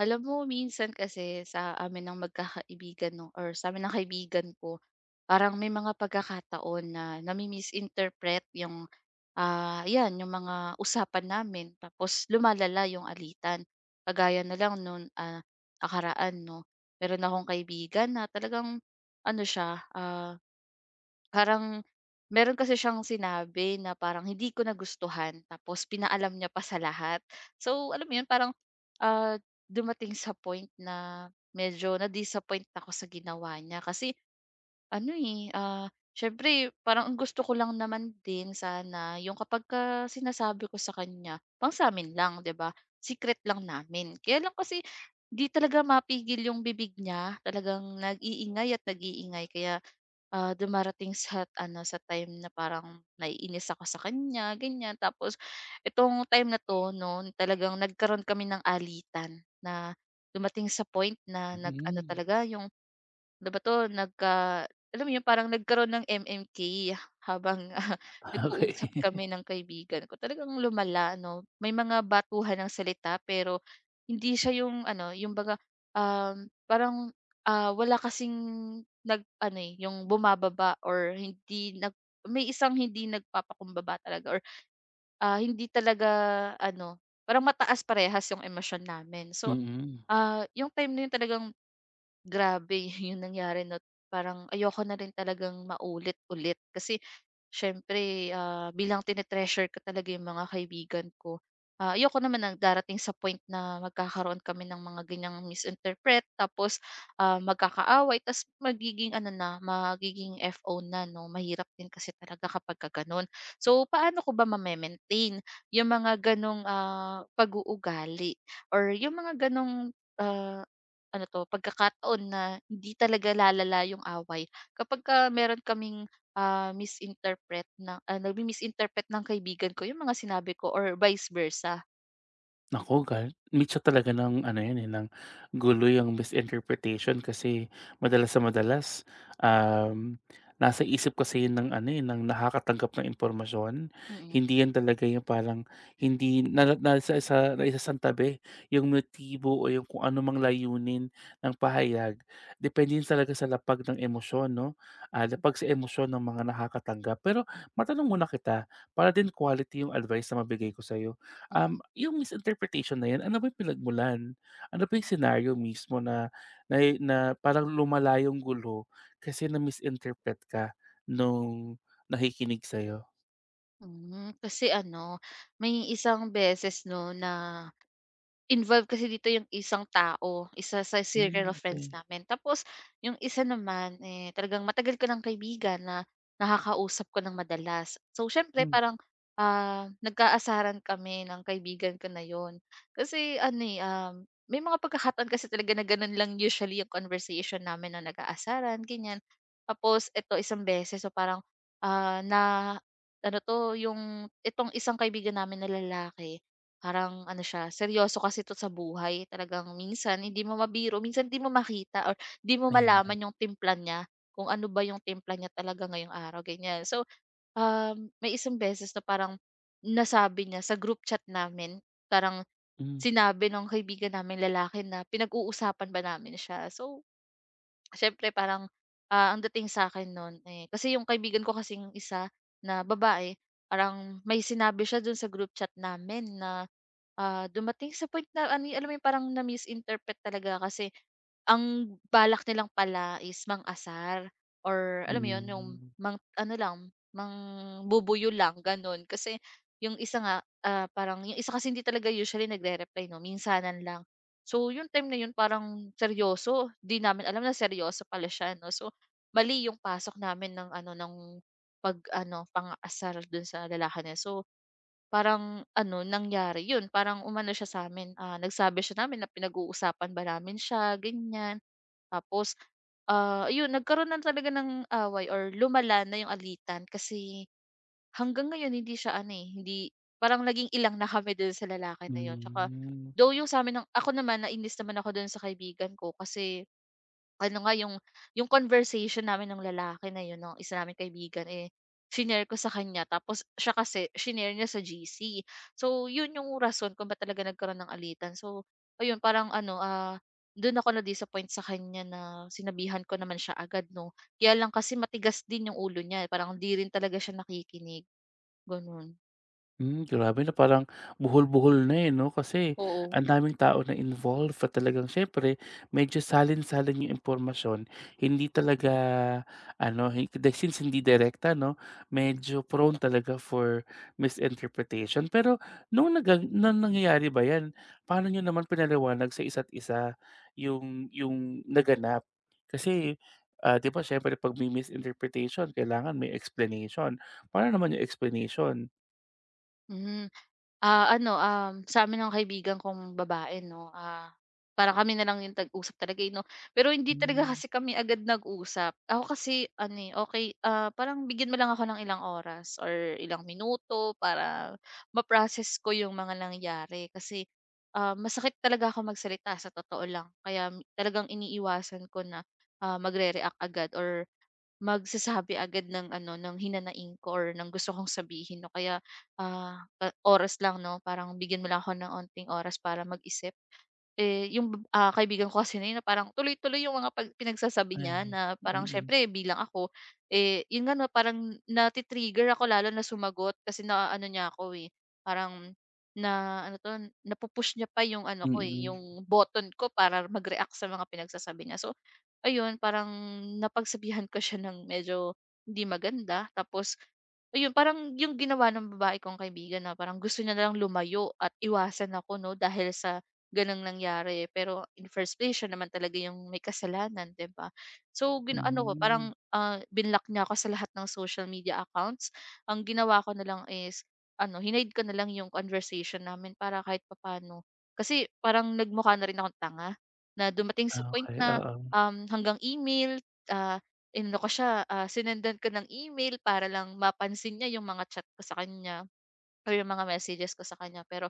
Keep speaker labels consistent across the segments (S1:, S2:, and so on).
S1: Alam mo minsan kasi sa amin ng magkakaibigan 'no or sa amin ng kaibigan ko, parang may mga pagkakataon na nami-misinterpret yung, 'yan yung mga usapan namin tapos lumalala yung alitan. Kagaya na lang no'n, nakaraan 'no, meron akong kaibigan na talagang ano siya, parang meron kasi siyang sinabi na parang hindi ko nagustuhan tapos pinaalam niya pa sa lahat. So, alam mo 'yun parang, ah, dumating sa point na medyo na-disappoint ako sa ginawa niya kasi ano, eh, siyempre parang ang gusto ko lang naman din sana yung kapagka sinasabi ko sa kanya pang sa sa'min lang, 'di ba, secret lang namin. Kaya lang kasi 'di talaga mapigil yung bibig niya, talagang nag-iingay at nag-iingay kaya. Dumarating sa ano, sa time na parang naiinis ako sa kanya, ganyan. Tapos itong time na 'to 'no, talagang nagkaroon kami ng alitan na dumating sa point na nag-ano
S2: Mm,
S1: talaga yung ano ba 'to, alam mo 'yun, parang nagkaroon ng MMK habang,
S2: okey.
S1: nag-uusap kami ng kaibigan ko. Talagang lumala 'no, may mga batuhan ng salita pero hindi siya yung ano, yung baga, parang, wala kasing nag-ano, eh, yung bumababa or hindi nag may isang hindi nagpapakumbaba talaga or, hindi talaga ano, parang mataas parehas yung emosyon namin. So,
S2: Mm.
S1: yung time na 'yun talagang. Grabe yung nangyari 'no, parang ayoko na rin talagang maulit-ulit kasi siyempre, bilang tine-treasure ko talaga yung mga kaibigan ko, ayoko naman ng darating sa point na magkakaroon kami ng mga ganyang misinterpret tapos, magkakaaway ta's magiging ano na, magiging FO na 'no, mahirap din kasi talaga kapagka gano'n. So, paano ko ba mame-maintain yung mga gano'ng, pag-uugali or yung mga gano'ng, ah ano 'to, pagkakataon na hindi talaga lalala yung away. Kapagka meron kaming, misinterpret na nagmi-misinterpret ng kaibigan ko yung mga sinabi ko or vice versa,
S2: Naku, gal mixture talaga ng ano 'yan, eh, ng gulo yang misinterpretation kasi madalas sa madalas, um, nasa isip kasi 'yun ng ano, eh, ng nakakatanggap ng impormasyon.
S1: mm.
S2: Hindi 'yan talaga yung parang hindi na nasa sa naisasantabi yung motibo o yung kung ano mang layunin ng pahayag. Depende 'yun talaga sa lapag ng emosyon 'no, lapag sa emosyon ng mga nakakatanggap. Pero matanong muna kita para din quality yung advice na mabigay ko sa'yo. Yung misinterpretation na 'yan, ano ba yung pinagmulan? Ano ba yung senaryo mismo na na na parang lumala yung gulo kasi na-misinterpret ka nung nakikinig sa'yo?
S1: Hmm, kasi ano, may isang beses 'no na involved kasi dito yung isang tao, isa sa
S2: Hmm,
S1: circle of friends
S2: okey.
S1: namin. Tapos yung isa naman, eh, talagang matagal ko ng kaibigan na nakakausap ko ng madalas. So siyempre
S2: Hmm,
S1: parang, nagkaasaran kami ng kaibigan ko na yon. Kasi ano, eh, may mga pagkakataon kasi talaga na ganun lang usually yung conversation namin na nag-aasaran, ganyan. Tapos eto isang beses, so parang, na ano 'to, yung itong isang kaibigan namin na lalaki, parang ano siya, seryoso kasi 'to sa buhay. Talagang minsan hindi mo mabiro, minsan hindi mo makita or hindi mo
S2: ayan.
S1: malaman yung timplan niya, kung ano ba yung timpla niya talaga ngayong araw, ganyan. So, may isang beses na parang nasabi niya sa group chat namin, parang
S2: Hmm.
S1: sinabi nung kaibigan namin lalaki na pinag-uusapan ba namin siya. So, siyempre parang, ang dating sa akin nun, eh kasi yung kaibigan ko kasing isa na babae, parang may sinabi siya dun sa group chat namin na, dumating sa point na ano, alam mo yung parang na-misinterpret talaga kasi ang balak nilang pala is mang-asar or alam mo 'yun, yung
S2: Hmm.
S1: mang ano lang, mangbubuyo lang gano'n. Kasi yung isa nga, parang yung isa kasi hindi talaga usually nagre-reply 'no, minsanan lang. So yung time na 'yun parang seryoso, 'di namin alam na seryoso pala siya 'no. So mali yung pasok namin ng ano, ng pag-ano, pang-asar dun sa lalaki na 'yun. So parang ano, nangyari yun, parang umano siya sa sa'min, nagsabi siya namin na pinag-uusapan ba namin siya, ganyan. Tapos, yun nagkaroon na talaga ng away or lumala na yung alitan kasi hanggang ngayon hindi siya ano, eh, hindi parang naging ilang na kami dun sa lalaki na yun. Tsaka
S2: Hmm.
S1: though yung sa sa'min ng ako naman nainis naman ako dun sa kaibigan ko kasi ano nga yung conversation namin ng lalaki na yun, nung isa naming kaibigan, eh, shinare ko sa kanya tapos siya kasi shinare niya sa GC. So, yun yung rason kung ba't talaga nagkaroon ng alitan. So, ayun parang ano, dun ako na-disappoint sa kanya na sinabihan ko naman siya agad 'no. Kaya lang kasi matigas din yung ulo niya, eh, parang hindi rin talaga siya nakikinig, gano'n.
S2: Hmm, grabe na parang buhol-buhol na, eh, 'no? Kasi
S1: Oo,
S2: ang daming tao na involved at talagang siyempre medyo salin-salin yung impormasyon. Hindi talaga ano, hin dahil since hindi direkta 'no, medyo prone talaga for misinterpretation. Pero nung nangyayari ba 'yan, paano niyo naman pinaliwanag sa isa't isa yung naganap? Kasi, 'di ba siyempre 'pag may misinterpretation kailangan may explanation. Paano naman yung explanation?
S1: mhm. Ano, sa sa'min ng kaibigan kong babae 'no, parang kami na lang yung tag-usap talaga, eh, 'no. Pero hindi talaga
S2: Hmm.
S1: kasi kami agad nag-usap. Ako kasi ano, eh, okey, parang bigyan mo lang ako ng ilang oras or ilang minuto para ma-process ko yung mga nangyari. Kasi, masakit talaga ako magsalita sa totoo lang. Kaya talagang iniiwasan ko na, magre-react agad or magsasabi agad ng ano, ng hinanaing ko or ng gusto kong sabihin no kaya, oras lang 'no, parang bigyan mo lang ako ng onting oras para mag-isip. Eh, yung kaibigan ko kasi na yun na parang tuloy-tuloy yung mga pinagsasabi niya
S2: Ay,
S1: na parang
S2: mm,
S1: siyempre bilang ako, eh, yun nga na parang nati-trigger ako lalo na sumagot kasi na ano niya ako, eh, parang na ano 'to, napu-push niya pa yung ano ko, eh,
S2: mm.
S1: yung button ko para mag-react sa mga pinagsasabi niya. So, ayun parang napagsabihan ko siya ng medyo hindi maganda tapos ayun parang yung ginawa ng babae kong kaibigan na parang gusto niya nalang lumayo at iwasan ako 'no dahil sa ganang nangyari, eh, pero in first place siya naman talaga yung may kasalanan, 'di ba? So, ano ko
S2: Hmm,
S1: parang, binlock niya ako sa lahat ng social media accounts. Ang ginawa ko na lang is ano, hinide ko na lang yung conversation namin para kahit papaano kasi parang nagmukha na rin akong tanga na dumating sa point
S2: okey,
S1: na,
S2: oo.
S1: hanggang email, ah, inano ko siya, sinendan ko ng email para lang mapansin niya yung mga chat ko sa kanya or yung mga messages ko sa kanya. Pero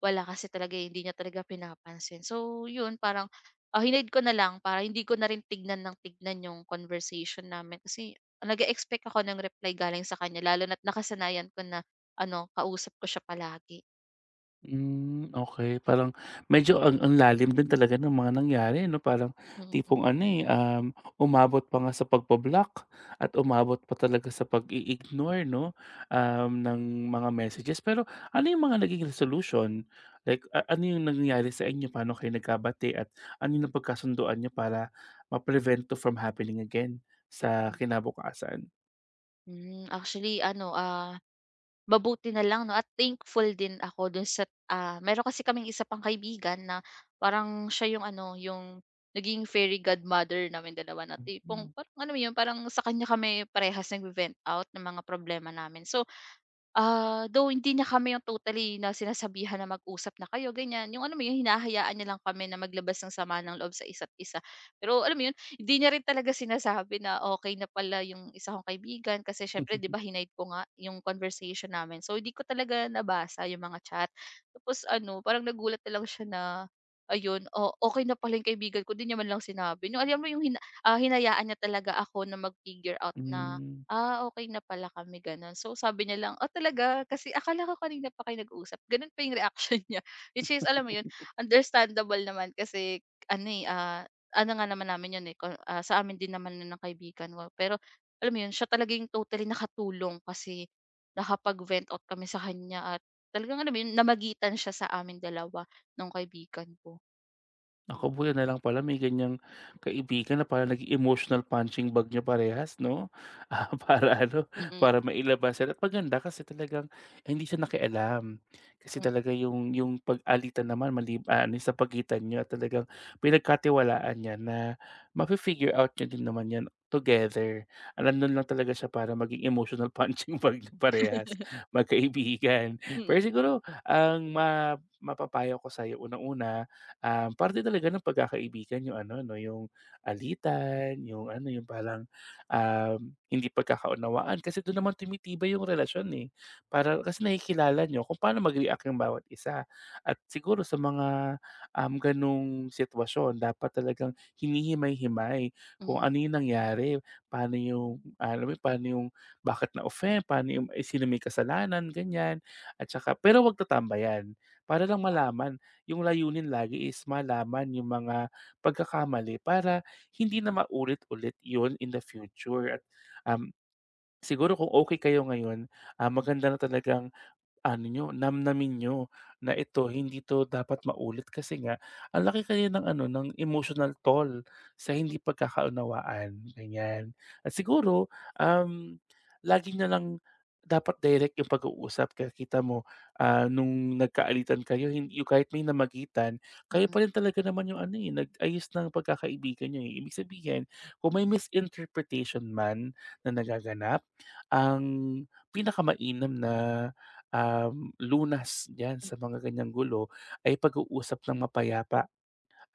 S1: wala kasi talaga, eh, hindi niya talaga pinapansin. So, yun parang, hineard ko na lang para hindi ko na rin tignan ng tignan yung conversation namin kasi nag expect ako ng reply galing sa kanya lalo na't nakasanayan ko na ano, kausap ko siya palagi.
S2: Hmm, okey parang medyo ang lalim din talaga ng mga nangyari 'no, parang
S1: Mm.
S2: tipong ano, eh, umabot pa nga sa pagbo-block at umabot pa talaga sa pag-i-ignore 'no, ng mga messages. Pero ano yung mga naging resolution? Like a ano yung nangyari sa inyo, paano kayo nagkabati at ano yung napagkasunduan niyo para ma-prevent to from happening again sa kinabukasan?
S1: Hmm, actually ano, mabuti na lang 'no at thankful din ako dun sa, meron kasi kaming isa pang kaibigan na parang siya yung ano, yung naging fairy godmother namin dalawa na tipong
S2: Mm.
S1: parang ano mo yun, parang sa kanya kami parehas nagve-vent out ng mga problema namin. So, though hindi niya kami yung totally na sinasabihan na mag-usap na kayo ganyan, yung ano mo yun hinahayaan niya lang kami na maglabas ng sama ng loob sa isa't isa. Pero alam mo yun, hindi niya rin talaga sinasabi na okay na pala yung isa kong kaibigan kasi siyempre 'di ba hinaid ko nga yung conversation namin. So hindi ko talaga nabasa yung mga chat. Tapos ano, parang nagulat na lang siya na ayun, o okay na pala yung kaibigan ko, 'di niya man lang sinabi. Yung alam mo yung hinayaan niya talaga ako na mag-figure out na
S2: Hmm.
S1: Okay na pala kami gano'n. So, sabi niya lang, oh talaga?" Kasi akala ko kanina pa kayo nag-uusap, gano'n pa yung reaction niya. Which is alam mo 'yun, understandable naman kasi ano, eh, ano nga naman namin 'yun, eh, ko sa amin din naman no'n ng kaibigan ko. Pero alam mo 'yun, siya talaga yung totally nakatulong kasi nakapag-vent out kami sa kanya at talagang alam mo 'yun, namagitan siya sa amin dalawa nung kaibigan ko.
S2: Naku, buti na lang pala may ganyang kaibigan na parang naging emotional punching bag niya parehas 'no? Ah, para ano,
S1: Mm,
S2: para mailabas yan at maganda kasi talagang eh, hindi siya nakialam. Kasi
S1: mm.
S2: talaga yung pag-alitan naman mali ah, ano sa pagitan niyo at talagang pinagkatiwalaan niya na mafi-figure out niyo din naman yan together. Alam nandun lang talaga siya para maging emotional punching bag niyo parehas, magkaibigan.
S1: Mm.
S2: Pero siguro ang ma mapapayo ko sa'yo unang-una, parte talaga ng pagkakaibigan yung ano 'no, yung alitan, yung ano, yung parang, um, hindi pagkakaunawaan kasi doon naman tumitibay yung relasyon, eh. Para kasi nakikilala niyo kung paano mag-react yung bawat isa at siguro sa mga, gano'ng sitwasyon dapat talagang hinihimay-himay kung
S1: Mhm,
S2: ano yung nangyari, paano yung alam mo yun, paano yung bakit na-offend, paano yung eh, sino may kasalanan, ganyan. At saka pero 'wag tatambayan para lang malaman yung layunin lagi is malaman yung mga pagkakamali para hindi na maulit-ulit yun in the future at, um, siguro kung okay kayo ngayon, maganda na talagang ano niyo, namnamin niyo na ito hindi 'to dapat maulit kasi nga ang laki kasi ng ano, ng emotional toll sa hindi pagkakaunawaan, ganyan. At siguro, um, lagi na lang dapat direct yung pag-uusap kaya kita mo, nung nagkaalitan kayo hin yung kahit may namagitan, kayo
S1: mm,
S2: pa rin talaga naman yung ano, eh, nag-ayos ng pagkakaibigan niyo, eh. Ibig sabihin kung may misinterpretation man na nagaganap, ang pinakamainam na lunas yan
S1: hmm,
S2: sa mga ganyang gulo ay pag-uusap ng mapayapa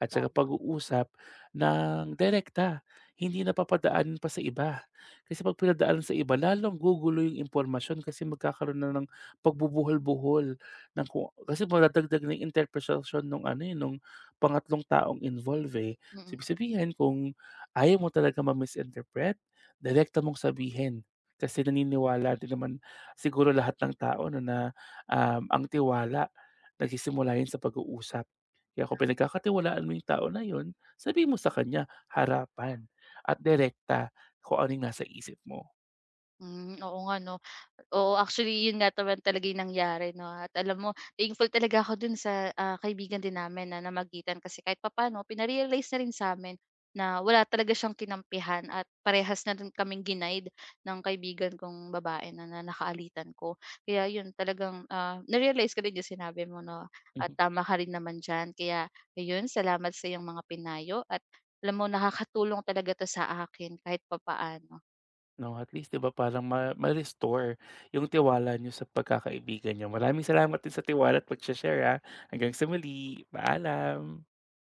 S2: at saka
S1: tama,
S2: pag-uusap ng direkta, hindi na papadaanin pa sa iba. Kasi 'pag pinadaanan sa iba lalong gugulo yung impormasyon kasi magkakaroon na ng pagbubuhol-buhol ng kung kasi madadagdag na yung interpretasyon nung ano, eh, nung pangatlong taong involve, eh. So,
S1: mm.
S2: ibig sabihin kung ayaw mo talaga ma-misinterpret, direkta mong sabihin kasi naniniwala din naman siguro lahat ng tao 'no na, ang tiwala nagsisimula 'yan sa pag-uusap. Kaya kung pinagkakatiwalaan mo yung tao na yun, sabihin mo sa kanya harapan at direkta kung ano yung nasa isip mo.
S1: Hmm, oo nga 'no. Oo, actually yun nga naman talaga yung nangyari 'no at alam mo thankful talaga ako dun sa, kaibigan din namin na namagitan kasi kahit papano, pina-realize na rin sa'min na wala talaga siyang kinampihan at parehas na rin kaming ginaide ng kaibigan kong babae na na nakaalitan ko. Kaya yun talagang, na ko din yung sinabi mo 'no at
S2: Mhm.
S1: tama ka rin naman diyan. Kaya ayun, salamat sa iyong mga pinayo at alam mo nakakatulong talaga 'to sa akin kahit papaano.
S2: 'No, at least 'di ba parang ma-restore yung tiwala niyo sa pagkakaibigan niyo. Maraming salamat din sa tiwala at pagse-share, ah. Hanggang sa muli, paalam.